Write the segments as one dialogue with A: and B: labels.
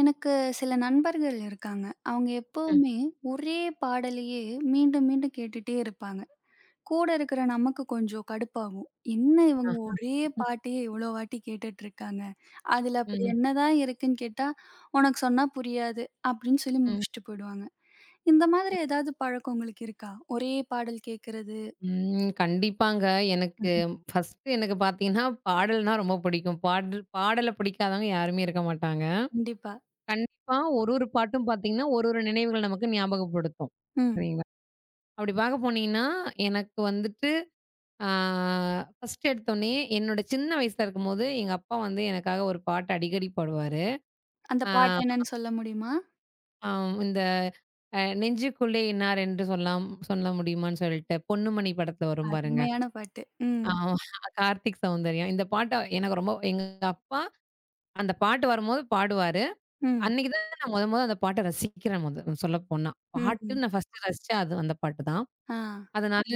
A: எனக்கு சில நண்பர்கள் இருக்காங்க. அவங்க
B: ம்.
A: எப்பவுமே ஒரே பாடலையே மீண்டும், மீண்டும் கேட்டுட்டே இருப்பாங்க. கூட இருக்கிற நமக்கு கொஞ்சம் கடுப்பாகும். என்ன இவங்க
B: ஆ.
A: ஒரே பாட்டையே இவ்வளோ வாட்டி கேட்டுட்டு இருக்காங்க. அதில அப்படி
B: ம்.
A: என்னதான் இருக்குன்னு கேட்டா, "உனக்கு சொன்னா புரியாது" அப்படின்னு சொல்லி
B: ம்.
A: முடிச்சுட்டு போயிடுவாங்க. இந்த மாதிரி ஏதாவது பழக்கம் உங்களுக்கு இருக்கா? ஒரே பாடல் கேட்கிறது.
B: ம். கண்டிப்பாங்க. எனக்கு ஃபர்ஸ்ட்டு எனக்கு பார்த்தீங்கன்னா, பாடல்னா ரொம்ப பிடிக்கும். பாடல் பாடல பிடிக்காதவங்க யாருமே இருக்க மாட்டாங்க.
A: கண்டிப்பா.
B: கண்டிப்பா ஒரு ஒரு பாட்டும் பார்த்தீங்கன்னா, ஒரு ஒரு நினைவுகள நமக்கு ஞாபகப்படுத்தும்.
A: ம்.
B: சரிங்களா? அப்படி பார்க்க போனீங்கன்னா, எனக்கு வந்துட்டு ஆ ஃபர்ஸ்ட்டு எடுத்தோனே, என்னோட சின்ன வயசுல இருக்கும்போது, எங்க அப்பா வந்து எனக்காக ஒரு பாட்டு அடிக்கடி பாடுவாரு.
A: அந்த
B: ஆ
A: பாட்டு என்னன்னு சொல்ல முடியுமா?
B: ஆம் இந்த அ நெஞ்சுக்குள்ளே இன்னார் என்று சொல்லாம் சொல்ல முடியுமான்னு சொல்லிட்டு, பொன்னுமணி படத்துல வரும் பாருங்க.
A: அருமையான பாட்டு. ம்.
B: ஆமா. கார்த்திக் சௌந்தர்யா. இந்த பாட்ட எனக்கு ரொம்ப எங்க அப்பா அந்த பாட்டு வரும்போது பாடுவாரு.
A: ம்.
B: அன்னைக்கு தான் நான் மொத மொத அந்த பாட்ட ரசிக்கிறேன் மொத சொல்லப்போனா. பாட்டு
A: ம்.
B: நான் ஃபர்ஸ்ட்டு ரசிச்சேன் அது அந்த பாட்டு தான்.
A: ஆ.
B: அதனால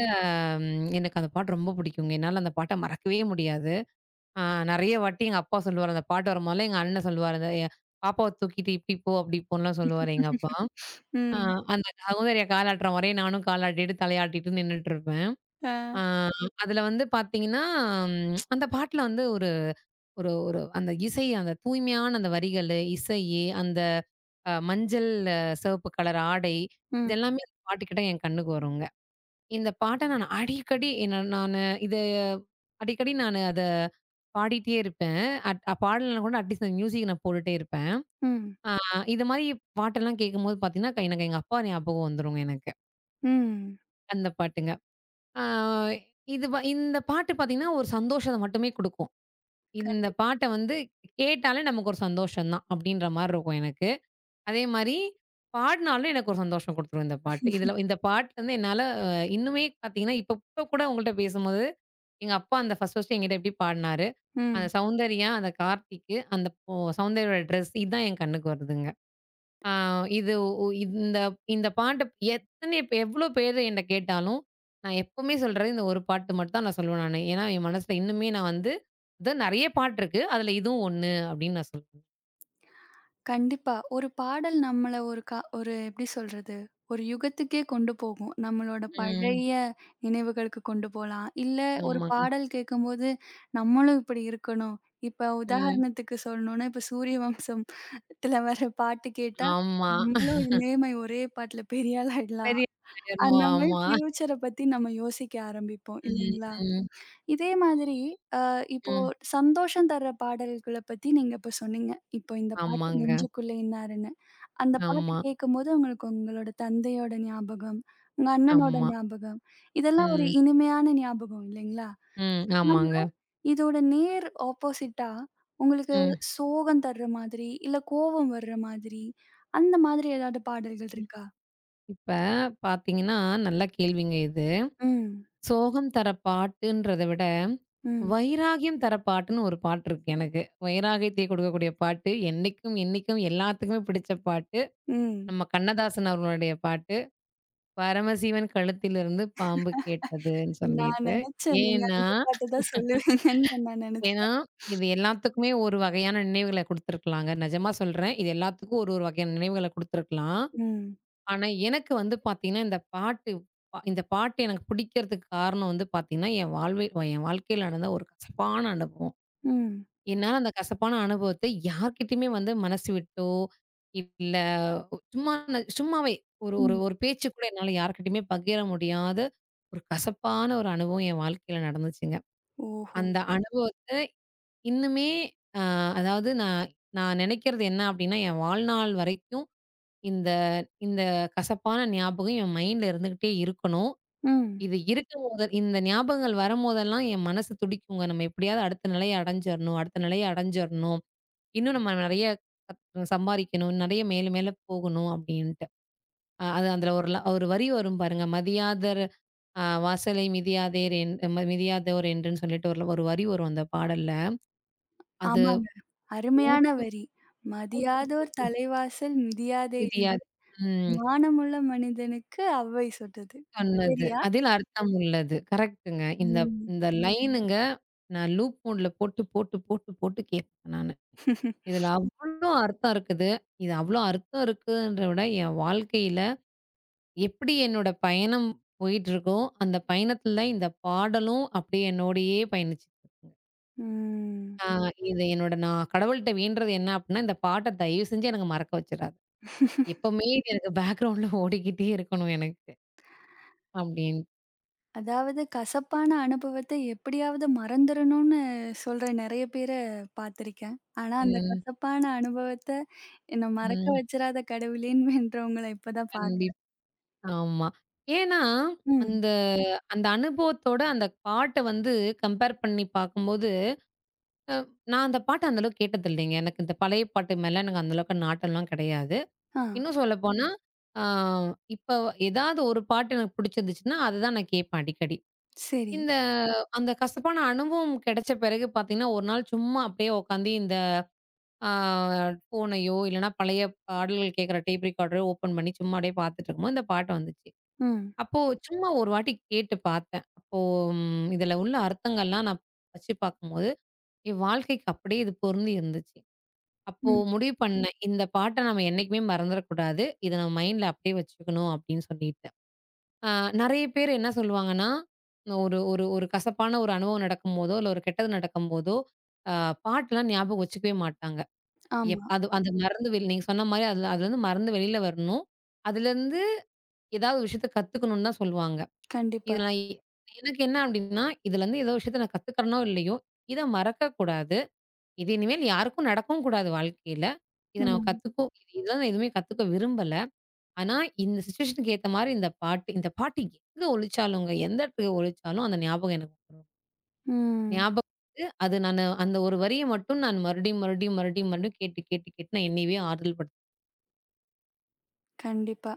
B: எனக்கு அந்த பாட்டு ரொம்ப பிடிக்குங்க. என்னால அந்த பாட்ட மறக்கவே முடியாது. ஆ நெறைய வாட்டி எங்க அப்பா சொல்லுவாரு. அந்த பாட்டு வரும்போதெல்லாம் எங்க அண்ணன் சொல்லுவாரு. அந்த எ பாப்பாவ தூக்கிட்டு இப்டி போ, அப்டி போன்லாம் சொல்லுவாரு எங்க அப்பா. ஆ
A: ம்.
B: அந்த சௌந்தர்யா காலாட்டுற மாரியே நானும் காலாட்டிட்டு தலையாட்டிட்டு நின்னுட்டு இருப்பேன்.
A: ஆ.
B: ஆ அதுல வந்து பாத்தீங்கன்னா, அந்த பாட்டுல வந்து ஒரு ஒரு ஒரு அந்த இசை, அந்த தூய்மையான அந்த வரிகளு, இசையி, அந்த அ மஞ்சள் சிவப்பு கலர் ஆடை,
A: ம்.
B: இது எல்லாமே அந்த பாட்டு கேட்டா என் கண்ணுக்கு வருங்க. இந்த பாட்ட நான் அடிக்கடி என்ன நானு இது அடிக்கடி நானு அத பாடிட்டே இருப்பேன். அட் பாடலனா கூட அட்லீஸ்ட் அந்த மியூசிக் நான் போட்டுட்டே இருப்பேன்.
A: ம்.
B: இது மாரி பாட்டெல்லாம் கேட்கும்போது பார்த்தீங்கன்னா, எனக்கு எங்க அப்பா ஞாபகம் வந்துருங்க எனக்கு.
A: ம்.
B: அந்த பாட்டுங்க. ஆ இது வ இந்த பாட்டு பார்த்தீங்கன்னா, ஒரு சந்தோஷத்த மட்டுமே குடுக்கும். இந்த
A: கண்டி
B: பாட்ட வந்து கேட்டாலே நமக்கு ஒரு சந்தோஷம் தான், அப்படின்ற மாரி இருக்கும் எனக்கு. அதே மாரி, பாடுனாலும் எனக்கு ஒரு சந்தோஷம் குடுத்துரும் இந்த பாட்டு. இதுல இந்த பாட்டுல வந்து என்னால அ இன்னுமே பாத்தீங்கன்னா, இப்ப இப்ப கூட உங்கள்ட்ட பேசும்போது, எங்க அப்பா அந்த ஃபர்ஸ்ட்டு என்கிட்ட எப்படி பாடுனாரு, அந்த
A: ம்.
B: சௌந்தர்யா, அந்த கார்த்திக்கு, அந்த பொ சௌந்தர்யாவோட ட்ரெஸ் இதான் என் கண்ணுக்கு வருதுங்க. ஆ இது உ இந்த இந்த பாட்ட எத்தனை எவ்ளோ பேரு என்ட்ட கேட்டாலும், நான் எப்பவுமே சொல்றது இந்த ஒரு பாட்டு மட்டும் தான் நான் சொல்லுவேன் நானு. ஏன்னா, என் மனசுல இன்னுமே நான் வந்து இது நெறைய பாட்டு இருக்கு. அதுல இதுவும் ஒண்ணு அப்படின்னு நான் சொல்லுவேன்.
A: கண்டிப்பா. ஒரு பாடல் நம்மள ஒரு எப்படி சொல்றது? ஒரு யுகத்துக்கே கொண்டு போகும். நம்மளோட
B: ம்.
A: பழைய நினைவுகளுக்கு கொண்டு போலாம். இல்ல ஒரு
B: ஆமாங்க.
A: பாடல் கேட்கும்போது, நம்மளும் இப்படி இருக்கணும். இப்ப
B: ம்.
A: உதாரணத்துக்கு சொல்லணும்னா, இப்ப சூரிய வம்சம் த்துல வர பாட்டு கேட்டா,
B: ஆமா.
A: நம்மளும் இதே மாரி ஒரே பாட்டுல பெரிய ஆள் ஆயிடலாம்.
B: பெரிய ஆயிரணும்.
A: அந்த மாரி
B: ஆமா.
A: ஃபியூச்சர பத்தி நம்ம யோசிக்க ஆரம்பிப்போம்
B: ம்,
A: இல்லைங்களா?
B: ம்,
A: இதே மாதிரி அ இப்போ
B: ம்.
A: சந்தோஷம் தர்ற பாடல்கள பத்தி நீங்க இப்ப சொன்னீங்க. இப்போ இந்த பாட்டு
B: ஆமாங்க.
A: நெஞ்சுக்குள்ள இன்னாருன்னு. அந்த பாட்டு
B: ஆமா,
A: கேட்கும்போது உங்களுக்கு உங்களோட தந்தையோட ஞாபகம், உங்க அண்ணனோட
B: ஆமா.
A: ஞாபகம், இதெல்லாம் ஒரு
B: ம்,
A: இனிமையான ஞாபகம் இல்லைங்களா?
B: ம்.
A: ஆனா,
B: ஆமாங்க.
A: இதோட நேர் ஆப்போசிட்டா உங்களுக்கு
B: ம்.
A: சோகம் தர்ற மாதிரி, இல்ல கோவம் வர்ற மாதிரி, அந்த மாதிரி ஏதாவது பாடல்கள் இருக்கா?
B: இப்ப பார்த்தீங்கன்னா, நல்ல கேள்விங்க இது.
A: ம்,
B: சோகம் தர பாட்டுன்றத விட,
A: ம்,
B: வைராகியம் தர பாட்டுன்னு ஒரு பாட்டு இருக்கு எனக்கு. வைராகியத்தை கொடுக்கக்கூடிய பாட்டு, என்னைக்கும் என்னைக்கும் எல்லாத்துக்குமே பிடிச்ச பாட்டு.
A: ம்.
B: நம்ம கண்ணதாசன் அவர்களுடைய பாட்டு. "பரமசிவன் கழுத்திலிருந்து பாம்பு கேட்டதுன்னு"
A: நான்
B: சொல்லிட்டு.
A: நெனச்சேன். நீங்க
B: ஏன்னா
A: அந்த பாட்டு தான் சொல்லுவீங்கன்னு நான்
B: ஏன்னா,
A: நெனச்சேன்.
B: இது எல்லாத்துக்குமே ஒரு வகையான நினைவுகள குடுத்துருக்கலாங்க. நிஜமா சொல்றேன். இது எல்லாத்துக்கும் ஒரு ஒரு வகையான நினைவுகள குடுத்துருக்கலாம்.
A: ம்.
B: ஆனா, எனக்கு வந்து பாத்தீங்கன்னா, இந்த பாட்டு இந்த பாட்டு எனக்கு பிடிக்கிறதுக்கு காரணம் வந்து பாத்தீங்கன்னா, என் வாழ்க்கையில நடந்த ஒரு கசப்பான அனுபவம்.
A: ம்.
B: என்னால அந்த கசப்பான அனுபவத்த யார்கிட்டயுமே வந்து மனசு விட்டோ, இல்ல சும்மா சும்மாவே ஒரு ஒரு
A: ம்.
B: ஒரு பேச்சு கூட என்னால யார்கிட்டயுமே பகிர முடியாத ஒரு கசப்பான ஒரு அனுபவம் என் வாழ்க்கையில நடந்துச்சுங்க.
A: ஓஹோ!
B: அந்த அனுபவத்த இன்னுமே அ அதாவது நான் நான் நினைக்கிறது என்ன அப்டின்னா, என் வாழ்நாள் வரைக்கும் இந்த இந்த கசப்பான ஞாபகம் என் மைண்ட்ல இருந்துகிட்டே இருக்கணும்.
A: ம்.
B: இது இருக்கும்போது இந்த ஞாபகங்கள் வரும்போதெல்லாம் என் மனசு துடிக்குங்க. நம்ம எப்படியாவது அடுத்த நிலைய அடைஞ்சிரணும், அடுத்த நிலைய அடைஞ்சிரணும். இன்னும் நம்ம நெறைய சம்பாரிக்கணும், நெறைய மேல மேல போகணும் அப்டின்ட்டு. அ அது அதுல ஒரு வரி வரும் பாருங்க. மதியாதர் அ வாசலை மிதியாதேர் மிதியாதோர் என்றுன்னு சொல்லிட்டு ஒரு ஒரு வரி வரும் அந்த பாடல்ல. அது
A: ஆமாங்க. அருமையான
B: நூத்துக்கு
A: வரி.
B: நூத்துக்கு
A: "மதியாதோர் தலைவாசல் மிதியாதே
B: விதியாது. ம்.
A: மானமுள்ள மனிதனுக்கு அவ்வை சுட்டது."
B: சொன்னது.
A: சரியா?
B: அதில் அர்த்தம் உள்ளது. கரெக்ட்டுங்க. இந்த
A: ம்.
B: இந்த லைனுங்க நான் லூப் மோட்ல போட்டு, போட்டு, போட்டு, போட்டு கேட்பேன் நானு. இதுல அவ்ளோ அர்த்தம் இருக்குது. இது அவ்ளோ அர்த்தம் இருக்குன்றத விட, என் வாழ்க்கையில எப்படி என்னோட பயணம் போயிட்டுருக்கோ, அந்த பயணத்துல இந்த பாடலும் அப்படியே என்னோடயே பயணிச்சுட்டு இருக்குங்க.
A: ம்.
B: ஆ இது என்னோட நான் கடவுள்ட்ட வேண்டுறது என்ன அப்படின்னா, இந்த பாட்ட தயவு செஞ்சு எனக்கு மறக்க வச்சுறாத. எப்பவுமே இது எனக்கு பேக்கிரவுண்ட்ல ஓடிக்கிட்டே இருக்கணும் எனக்கு. அப்படின்னு.
A: அதாவது கசப்பான அனுபவத்த எப்படியாவது மறந்துரணும்னு சொல்ற நெறைய பேர பாத்திருக்கேன். ஆனா அந்த
B: ம்.
A: கசப்பான அனுபவத்த என்ன மறக்க
B: ம்.
A: வச்சிராத கடவுளேன்னு வேண்றவங்கள இப்ப தான்
B: கண்டிப் ஆமா. ஏன்னா,
A: ம்.
B: அந்த அந்த அனுபவத்தோட அந்த பாட்ட வந்து கம்பேர் பண்ணி பார்க்கும்போது, அ நான் அந்த பாட்ட அந்த அளவுக்கு கேட்டதில்லைங்க. எனக்கு இந்த பழைய பாட்டு மேல எனக்கு அந்த அளவுக்கு நாட்டம்லாம் கிடையாது.
A: ஆ.
B: இன்னும் சொல்லப்போனா, ஆ இப்ப ஏதாவது ஒரு பாட்டு எனக்கு பிடிச்சிருந்துச்சுன்னா, அதுதான் நான் கேட்பேன் அடிக்கடி.
A: சரி.
B: இந்த அந்த கசப்பான அனுபவம் கிடைச்ச பிறகு பார்த்தீங்கன்னா, ஒரு நாள் சும்மா அப்படியே உட்காந்து இந்த ஆ ஃபோனையோ, இல்லைன்னா பழைய பாடல்கள் கேட்குற டேப் ரெக்கார்டரோ ஓப்பன் பண்ணி சும்மா அப்படியே பார்த்துட்டு இருக்கும்போது இந்த பாட்டு வந்துச்சு.
A: ம்.
B: அப்போ சும்மா ஒரு வாட்டி கேட்டு பார்த்தேன். அப்போ இதுல உள்ள அர்த்தங்கள்லாம் நான் வச்சு பார்க்கும்போது, என் வாழ்க்கைக்கு அப்படியே இது பொருந்தி இருந்துச்சு. அப்போ
A: ம்.
B: முடிவு பண்ணேன். இந்த பாட்ட நம்ம என்னைக்குமே மறந்துறக்கூடாது. இத நம்ம மைண்ட்ல அப்படியே வச்சுக்கணும் அப்படின்னு சொல்லிட்டு. அ நெறைய பேர் என்ன சொல்லுவாங்கன்னா, ஒரு ஒரு ஒரு கசப்பான ஒரு அனுபவம் நடக்கும்போதோ, இல்ல ஒரு கெட்டது நடக்கும்போதோ, அ பாட்டுலாம் ஞாபகம் வச்சுக்கவே மாட்டாங்க.
A: ஆமா.
B: அது அது மறந்து வெளி நீங்க சொன்ன மாரி அதுல அதுலருந்து மறந்து வெளில வரணும். அதுலருந்து ஏதாவது விஷயத்த கத்துக்கணும்னு தான் சொல்லுவாங்க.
A: கண்டிப்பா.
B: இதுல எனக்கு என்ன அப்டின்னா, இதுலருந்து ஏதோ விஷயத்த நான் கத்துக்கிறனோ இல்லையோ, இத மறக்கக்கூடாது. இது இனிமேல் யாருக்கும் நடக்கவும் கூடாது வாழ்க்கையில. இத நம்ம
A: ம்.
B: கத்துக்கோ இதெல்லாம் நான் எதுவுமே கத்துக்க விரும்பல. ஆனா, இந்த சிச்சுவேஷனுக்கு ஏத்த மாரி இந்த பாட்டு எங்க ஒலிச்சாலுங்க, எந்த இடத்துல ஒலிச்சாலும் அந்த ஞாபகம் எனக்கு வரும்.
A: ம்.
B: ஞாபகம் வந்து அது நானு அந்த ஒரு வரிய மட்டும் நான் மறுபடியும், மறுபடியும், மறுபடியும், மறுபடியும் கேட்டு, கேட்டு, கேட்டு நான் என்னையவே ஆறுதல் படுத்தி
A: கண்டிப்பா.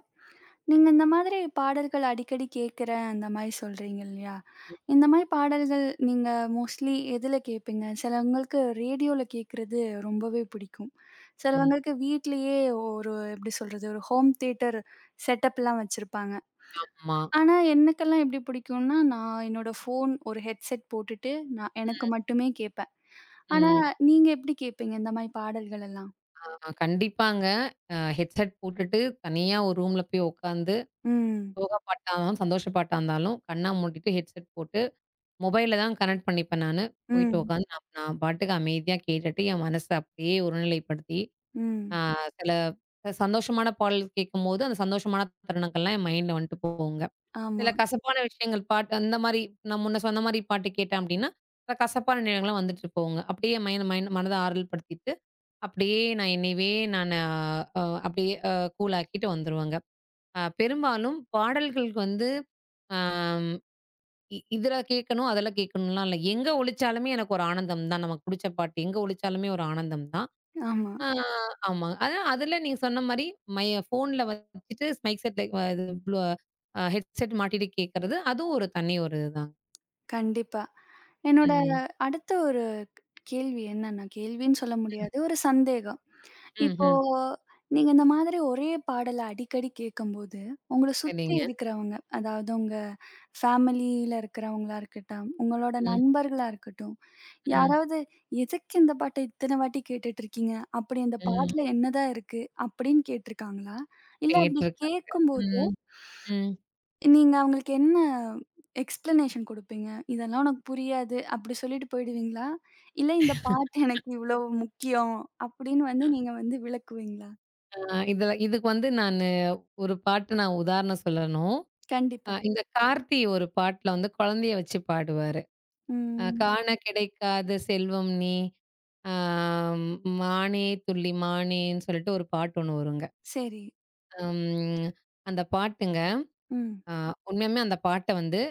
A: நீங்க இந்த மாதிரி பாடல்கள் அடிக்கடி கேட்கிறேன், அந்த மாரி சொல்றீங்க இல்லையா? இந்த மாரி பாடல்கள் நீங்க மோஸ்ட்லி எதுல கேட்பீங்க? சிலவங்களுக்கு ரேடியோல கேட்கிறது ரொம்பவே பிடிக்கும்.
B: ம்.
A: சிலவங்களுக்கு வீட்லயே ஒரு எப்படி சொல்றது? ஒரு ஹோம் தியேட்டர் செட்டப்லாம் வச்சிருப்பாங்க.
B: ஆமா.
A: ஆனா, எனக்கெல்லாம் எப்படி பிடிக்கும்னா, நான் என்னோட ஃபோன் ஒரு ஹெட்செட் போட்டுட்டு, நான் எனக்கு மட்டுமே கேட்பேன். ஆனா,
B: ம்.
A: நீங்க எப்படி கேட்பீங்க இந்த மாரி பாடல்கள் எல்லாம்?
B: ஆ கண்டிப்பாங்க. ஹெட்செட் போட்டுட்டு தனியா ஒரு ரூம்ல போய் உட்காந்து
A: ம்,
B: சோக பாட்டானாலும், சந்தோஷ பாட்டா இருந்தாலும், கண்ண மூடிட்டு ஹெட்செட் போட்டு, மொபைல்ல தான் கனெக்ட் பண்ணிப்பேன் நானு. போயிட்டு
A: ம்,
B: உட்காந்து நான் நான் பாட்டுக்கு அமைதியா கேட்டுட்டு, என் மனச அப்படியே ஒருநிலைப்படுத்தி, ஆ
A: ம்.
B: சில சந்தோஷமான பாடல் கேட்கும்போது, அந்த சந்தோஷமான தருணங்கள்லாம் என் மைண்ட்ல வந்துட்டு போகுங்க. சில
A: ஆமா,
B: கசப்பான விஷயங்கள் பாட்டு அந்த மாரி நான் முன்ன சொன்ன மாரி பாட்டு கேட்டேன் அப்படின்னா, சில கசப்பான நினைவுகள்லாம் வந்துட்டு போகுங்க. அப்படியே மைண்ட் மைண்ட் மனத ஆறுதல் படுத்திட்டு, அப்படியே நான் என்னையவே நானு அ அப்படியே அ கூல் ஆக்கிட்டு வந்துருவேங்க. பெரும்பாலும் பாடல்களுக்கு வந்து ஆம், இ இதுல கேட்கணும், அதுல கேட்கணும்லாம் இல்ல. எங்க ஒலிச்சாலுமே எனக்கு ஒரு ஆனந்தம் தான். நமக்கு புடிச்ச பாட்டு எங்க ஒலிச்சாலுமே ஒரு ஆனந்தம் தான்.
A: ஆமா.
B: ஆ ஆமா. அதான் அதுல நீங்க சொன்ன மாரி மை ஃபோன்ல வச்சுட்டு மைக் செட் அ இது ப்ளூ அ ஹெட்செட் மாட்டிட்டு கேட்கறது, அதுவும் ஒரு தனி ஒரு இதுதான்.
A: கண்டிப்பா. என்னோட
B: ம்.
A: அடுத்த ஒரு கேள்வி என்னன்னா, கேள்வின்னு சொல்ல முடியாது. ஒரு சந்தேகம். இப்போ
B: ம்ஹ்ம்.
A: நீங்க இந்த மாதிரி ஒரே பாடல அடிக்கடி கேட்கும்போது, உங்கள சுத்தி
B: சரிங்க.
A: இருக்கிறவங்க, அதாவது உங்க ஃபேமிலியில இருக்கிறவங்களா இருக்கட்டும், உங்களோட
B: ம்,
A: நண்பர்களா இருக்கட்டும்,
B: ம்,
A: யாராவது "எதுக்கு இந்த பாட்ட இத்தன வாட்டி கேட்டுட்டு இருக்கீங்க? அப்படி அந்த
B: ம்.
A: பாட்டுல என்னதான் இருக்கு?" அப்படின்னு கேட்டிருக்காங்களா? இல்ல அப்படி
B: கேட்டுருக்காங்க.
A: கேட்கும்போது,
B: ம், ம்.
A: நீங்க அவங்களுக்கு என்ன எக்ஸ்ப்ளனேஷன் குடுப்பீங்க? "இதெல்லாம் உனக்கு புரியாது" அப்படி சொல்லிட்டு போயிடுவீங்களா? இல்ல "இந்த பாட்டு எனக்கு இவ்வளோ முக்கியம்" அப்படின்னு வந்து நீங்க வந்து விளக்குவீங்களா?
B: ஆ இதுல இதுக்கு வந்து நானு ஒரு பாட்டு நான் உதாரணம் சொல்லணும்.
A: கண்டிப்பா.
B: இந்த கார்த்தி ஒரு பாட்டுல வந்து குழந்தைய வச்சு பாடுவாரு.
A: ம்.
B: காண கிடைக்காத செல்வம் நீ, ஆ மானே துள்ளி மானேன்னு சொல்லிட்டு ஒரு பாட்டு ஒண்ணு வருங்க.
A: சரி.
B: ம் அந்த பாட்டுங்க
A: ம்.
B: அ உண்மையாலுமே அந்த பாட்ட வந்து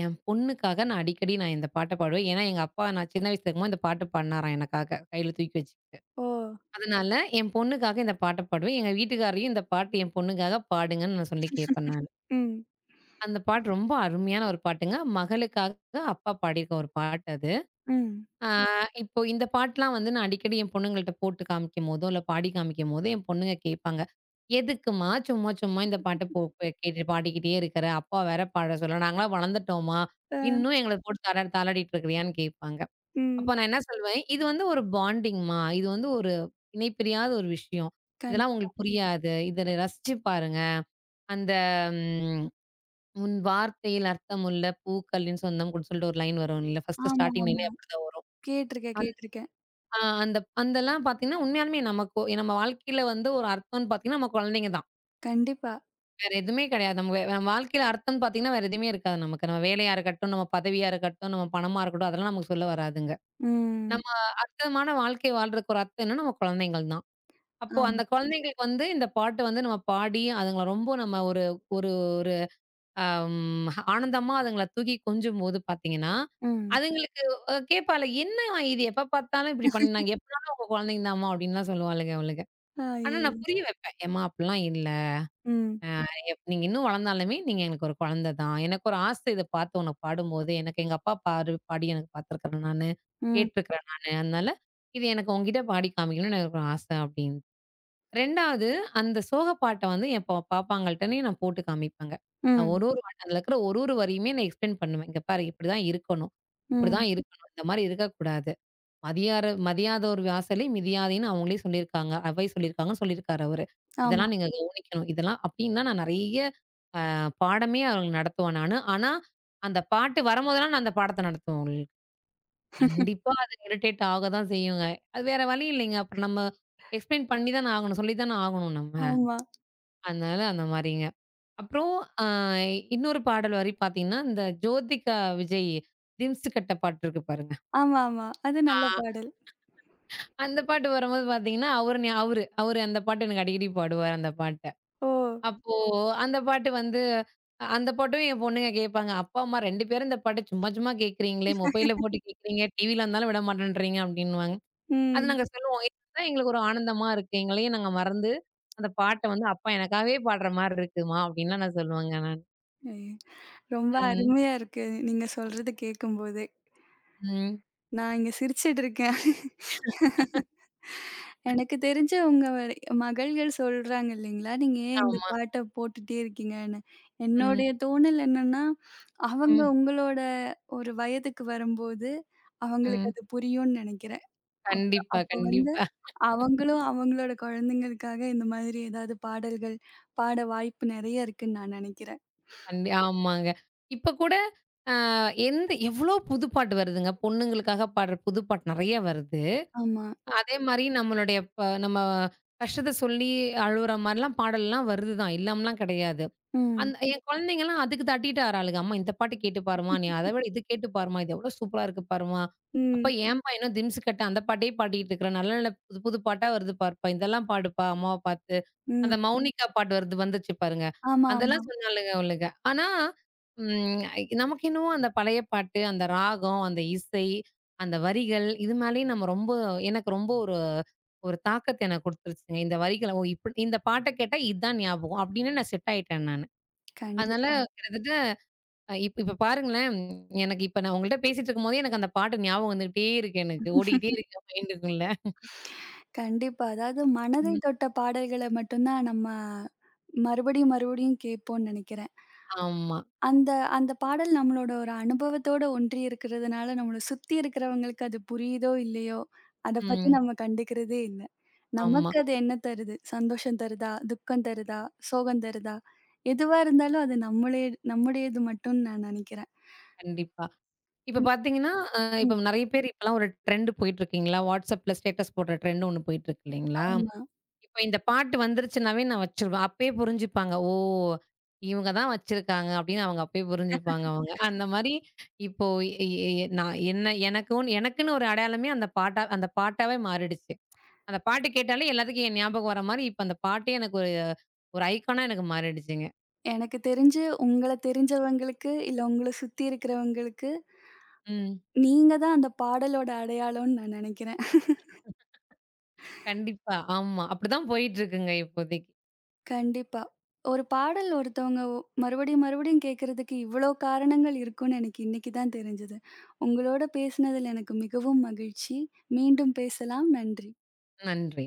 B: என் பொண்ணுக்காக நான் அடிக்கடி நான் இந்த பாட்ட பாடுவேன். ஏன்னா, எங்க அப்பா நான் சின்ன வயசுல இருக்கும்போது இந்த பாட்டு பாடுனாராம் எனக்காக, கையில தூக்கி வச்சுக்கிட்டு.
A: ஓ!
B: அதனால என் பொண்ணுக்காக இந்த பாட்ட பாடுவேன். எங்க வீட்டுக்காரரையும் இந்த பாட்டு என் பொண்ணுக்காக பாடுங்கன்னு நான் சொல்லி கேட்பேன் நானு.
A: ம்.
B: அந்த பாட்டு ரொம்ப அருமையான ஒரு பாட்டுங்க. மகளுக்காக அப்பா பாடியிருக்க ஒரு பாட்டு அது.
A: ம்.
B: ஆ ம். இப்போ இந்த பாட்டுலாம் வந்து நான் அடிக்கடி என் பொண்ணுங்கள்ட்ட போட்டு காமிக்கும்போதோ, இல்ல பாடி காமிக்கும்போதோ, என் பொண்ணுங்க கேட்பாங்க. "எதுக்கும்மா சும்மா சும்மா இந்த பாட்ட போ போ கேட்டு பாடிக்கிட்டே இருக்கிற? அப்பா வேற பாட சொல்ல நாங்கலாம் வளர்ந்துட்டோம்மா.
A: அ.
B: இன்னும் எங்கள போட்டு தாளாடிட்டு இருக்கிறியான்னு?" கேட்பாங்க. அப்ப
A: ம்.
B: நான் என்ன சொல்வேன், "இது வந்து ஒரு பாண்டிங்மா. இது வந்து ஒரு இணைப்பிரியாத ஒரு விஷயம்.
A: கண்
B: இதெல்லாம் உங்களுக்கு புரியாது. இத ரசிச்சு பாருங்க. அந்த உன் வார்த்தையில் அர்த்தமுள்ள பூக்களின் சொந்தம்ன்னு சொல்லிட்டு ஒரு லைன் வரும் இல்ல ஃபர்ஸ்ட்
A: ஆமா,
B: ஸ்டார்டிங் லைனே
A: ஆமா.
B: அப்படிதான் வரும்.
A: கேட்டுருக்கேன்,
B: அந்
A: கேட்டுருக்கேன்.
B: அ அந்த அந்தெல்லாம் பார்த்தீங்கன்னா, உண்மையாலுமே நமக்கு நம்ம வாழ்க்கையில வந்து ஒரு அர்த்தம்ன்னு பார்த்தீங்கன்னா, நம்ம குழந்தைங்க தான்.
A: கண்டிப்பா.
B: வேற எதுவுமே கிடையாது. நம்ம நம்ம வாழ்க்கையில அர்த்தம்ன்னு பார்த்தீங்கன்னா, வேற எதுவுமே இருக்காது நமக்கு. நம்ம வேலையா இருக்கட்டும், நம்ம பதவியா இருக்கட்டும், நம்ம பணமா இருக்கட்டும், அதெல்லாம் நமக்கு சொல்ல வராதுங்க.
A: ம்.
B: நம்ம அர்த்தமான வாழ்க்கை வாழ்றதுக்கு ஒரு அர்த்தம் என்னன்னா, நம்ம குழந்தைங்கள் தான். அப்போ
A: ஆமா.
B: அந்த குழந்தைங்களுக்கு வந்து இந்த பாட்டு வந்து நம்ம பாடி அதுங்கள ரொம்ப நம்ம ஒரு ஒரு ஒரு அம் ஆனந்தமா அதுங்கள தூக்கி கொஞ்சும்போது பார்த்தீங்கன்னா,
A: ம்.
B: அதுங்களுக்கு கேட்பாள்ல, "என்னம்மா இது எப்ப பார்த்தாலும் இப்டி பண்ணாங்க? எப்பனாலும் உங்க குழந்தைங்க தான்ம்மா" அப்டின்லாம் சொல்லுவாளுங்க அவளுங்க. ஆனா
A: ஐயோ!
B: நான் புரிய வைப்பேன். "ஏம்மா அப்டிலாம் இல்ல.
A: ம்.
B: அ எப் நீங்க இன்னும் வளர்ந்தாலுமே நீங்க எனக்கு ஒரு குழந்த தான். எனக்கு ஒரு ஆசை இத பார்த்து உனக்கு பாடும்போது, எனக்கு எங்க அப்பா பாடி எனக்கு பார்த்துருக்குறேன் நானு.
A: ம்.
B: கேட்டுருக்குறேன் நானு. அதனால இது எனக்கு உன்கிட்ட பாடி காமிக்கணும்னு எனக்கு ஒரு ஆசை" அப்டின்னு. 2வது அந்த சோக பாட்ட வந்து என் பாப்பாங்கள்ட்டனே நான் போட்டு காமிப்பேங்க. நான்
A: ம்.
B: ஒரு ஒரு வாட்டி அதுல இருக்கிற ஒரு ஒரு வரியுமே நான் எக்ஸ்பிளைன் பண்ணுவேன். இங்க பாரு இப்படிதான் இருக்கணும்.
A: ம்.
B: இப்படிதான் இருக்கணும். இந்த மாரி இருக்கக்கூடாது. மதியாதோர் வாசலை மிதியாதேன்னு அவங்களே சொல்லியிருக்காங்க. அவ்வை சொல்லியிருக்காங்கன்னு சொல்லியிருக்காரு அவரு.
A: ஆமா,
B: இதெல்லாம் நீங்க கவனிக்கணும். இதெல்லாம் அப்டின்னா நான் நெறைய அ பாடமே அவங்களுக்கு நடத்துவேன் நானு. ஆனா, அந்த பாட்டு வரும்போதெல்லாம் நான் அந்த பாடத்த நடத்துவேன் அவங்களுக்கு. கண்டிப்பா அது இரிட்டேட் ஆக தான் செய்யுங்க. அது வேற வழி இல்லைங்க. அப்புறம் நம்ம எக்ஸ்பிளைன் பண்ணி தான ஆகணும். சொல்லி தான ஆகணும் நம்ம.
A: ஆமா,
B: அதனால அந்த மாரிங்க. அப்புறம் அ இன்னொரு பாடல் வரி பார்த்தீங்கன்னா, இந்த ஜோதிகா விஜய் "திம்ஸு கட்ட" பாட்டு இருக்கு பாருங்க.
A: ஆமா, ஆமா. அது நல்ல
B: ஆ.
A: பாடல்.
B: அந்த பாட்டு வரும்போது பார்த்தீங்கன்னா, அவரு ஞா அவரு அவரு அந்த பாட்டு எனக்கு அடிக்கடி பாடுவாரு அந்த பாட்ட.
A: ஓ!
B: அப்போ அந்த பாட்டு வந்து அந்த பாட்டும் என் பொண்ணுங்க கேட்பாங்க. "அப்பா, அம்மா 2 பேரும் இந்த பாட்ட சும்மா சும்மா கேட்கிறீங்களே, மொபைல்ல போட்டு கேட்கிறீங்க, டிவில இருந்தாலும் விட மாட்டேன்றீங்க" அப்டின்னுவாங்க. அது
A: ம்.
B: நாங்க சொல்லுவோம். இதுதான் எங்களுக்கு ஒரு ஆனந்தமா இருக்கு. எங்களையே நாங்க மறந்து அந்த பாட்ட வந்து, "அப்பா எனக்காகவே பாடுற மாரி இருக்குமா" அப்டின்லாம் நான் சொல்லுவேங்க நான்.
A: ஐயோ! ரொம்ப
B: ம்.
A: அருமையா இருக்கு. நீங்க சொல்றது கேட்கும்போதே.
B: ம்.
A: நான் இங்க சிரிச்சுட்டு இருக்கேன். எனக்கு தெரிஞ்சு உங்க வரை மகள்கள் சொல்றாங்க இல்லைங்களா, நீங்க ஏன் இந்த
B: ஆமா.
A: பாட்ட போட்டுட்டே இருக்கீங்கன்னு.
B: ம்.
A: என்னுடைய தோணல் என்னன்னா, அவங்க
B: ம்.
A: உங்களோட ஒரு வயதுக்கு வரும்போது, அவங்களுக்கு
B: ம்.
A: அது புரியும்னு நெனைக்கிறேன். அப்புறம்
B: கண்டிப்பா,
A: அப்ப வந்து
B: கண்டிப்பா.
A: அவங்களும் அவங்களோட குழந்தைங்களுக்காக இந்த மாதிரி ஏதாவது பாடல்கள் பாட வாய்ப்பு நெறைய இருக்குன்னு நான் நெனைக்கிறேன்.
B: ஆமாங்க. இப்ப கூட அ எந்த எவ்ளோ புது பாட்டு வருதுங்க. பொண்ணுங்களுக்காக பாடுற புது பாட்டு நெறைய வருது.
A: ஆமா.
B: அதே மாரி நம்மளுடைய நம்ம கஷ்டத்த சொல்லி அழுவுற மாரிலாம் பாடல்லாம் வருது தான். இல்லாமலாம் கிடையாது.
A: ம்.
B: அந்த என் குழந்தைங்கலாம் அதுக்கு தட்டிட்டு ஆறாளுங்க. "அம்மா இந்த பாட்டு கேட்டு பாரும்மா, நீ அத விட இது கேட்டு பாரும்மா, இது எவ்வளோ சூப்பரா இருக்கு பாரும்மா. அப்பா
A: ம்.
B: ஏம்பா இன்னும் திம்ஸ் கட்ட அந்த பாட்டையே பாடிட்டு இருக்கிற? நல்ல நல்ல புது புது பாட்டா வருது பாருப்பா. இதெல்லாம் பாடுப்பா அம்மாவ பார்த்து."
A: ம்.
B: மௌனிகா பாட்டு வருது வந்துச்சு பாருங்க.
A: ஆமா, ஆமா.
B: அதெல்லாம் சொன்னாளுங்க அவளுங்க. ஆனா, ம் நமக்கு என்னவோ அந்த பழைய பாட்டு, அந்த ராகம், அந்த இசை, அந்த வரிகள் இது மேலேயே நம்ம ரொம்ப எனக்கு ரொம்ப ஒரு ஒரு தாக்கத்த எனக்கு குடுத்துருச்சுங்க. இந்த வரிகள ஓ! இப்டி இந்த பாட்ட கேட்டா இதான் ஞாபகம். அப்படின்னு நான் செட் ஆயிட்டேன் நானு. அதனால
A: கண்டிப்பா.
B: ம். கிட்டத்தட்ட அ இப் இப்ப பாருங்களேன், எனக்கு இப்ப நான் உங்கள்ட்ட பேசிட்டு இருக்கும்போதே, எனக்கு அந்த பாட்டு ஞாபகம் வந்துகிட்டே இருக்கு எனக்கு. ஓடிக்கிட்டே இருக்கு என் மைண்டுக்குள்ள.
A: கண்டிப்பா. அதாவது மனதை
B: ம்.
A: தொட்ட பாடல்கள மட்டும் தான் நம்ம மறுபடியும், மறுபடியும் கேட்போம்னு நெனைக்கிறேன்.
B: ஆமா.
A: அந்த அந்த பாடல் நம்மளோட ஒரு அனுபவத்தோட ஒன்றி இருக்கிறதுனால, நம்மள சுத்தி இருக்கிறவங்களுக்கு அது புரியுதோ! இல்லையோ! அத பத்தி
B: ம்.
A: நம்ம கண்டுக்கிறதே இல்ல.
B: ஆமா.
A: நமக்கு அது என்ன தருது? சந்தோஷம் தருதா? துக்கம் தருதா? சோகம் தருதா? எதுவா இருந்தாலும் அது நம்மளே நம்முடையது மட்டும்னு நான் நெனைக்கிறேன்.
B: கண்டிப்பா. இப்ப
A: ம்,
B: பார்த்தீங்கன்னா, இப்ப
A: ம்.
B: நெறைய பேர் இப்பலாம் ஒரு ட்ரெண்ட் போயிட்டு இருக்குங்களா? WhatsAppல ஸ்டேட்டஸ் போடுற ட்ரெண்ட் ஒண்ணு போயிட்டு இருக்கு இல்லைங்களா?
A: ஆமா.
B: இப்ப இந்த பாட்டு வந்துருச்சுனாவே நான் வச்சுருவேன். அப்பயே புரிஞ்சுப்பாங்க. ஓ! இவங்க தான் வச்சிருக்காங்க அப்படின்னு அவங்க அப்பயே புரிஞ்சுப்பாங்க அவங்க. அந்த மாரி இப்போ எ எ எ- நான் என்ன எனக்குன்னு எனக்குன்னு ஒரு அடையாளமே அந்த பாட்டாவே மாறிடுச்சு. அந்த பாட்டு கேட்டாலே எல்லாத்துக்கும் என் ஞாபகம் வர மாரி, இப்ப அந்த பாட்டே எனக்கு ஒரு ஒரு ஐகானா எனக்கு மாறிடுச்சுங்க.
A: எனக்கு தெரிஞ்சு உங்கள தெரிஞ்சவங்களுக்கு, இல்ல உங்கள சுத்தி இருக்கிறவங்களுக்கு
B: ம்.
A: நீங்க தான் அந்த பாடலோட அடையாளம்னு நான் நெனைக்கிறேன்.
B: கண்டிப்பா. ஆமா. அப்படிதான் போயிட்டு இருக்குங்க இப்போதைக்கு.
A: கண்டிப்பா. ஒரு பாடல் ஒருத்தவங்க மறுபடியும், மறுபடியும் கேட்கறதுக்கு இவ்ளோ காரணங்கள் இருக்கும்னு எனக்கு இன்னைக்கு தான் தெரிஞ்சது. உங்களோட பேசினதுல எனக்கு மிகவும் மகிழ்ச்சி. மீண்டும் பேசலாம். நன்றி.
B: நன்றி.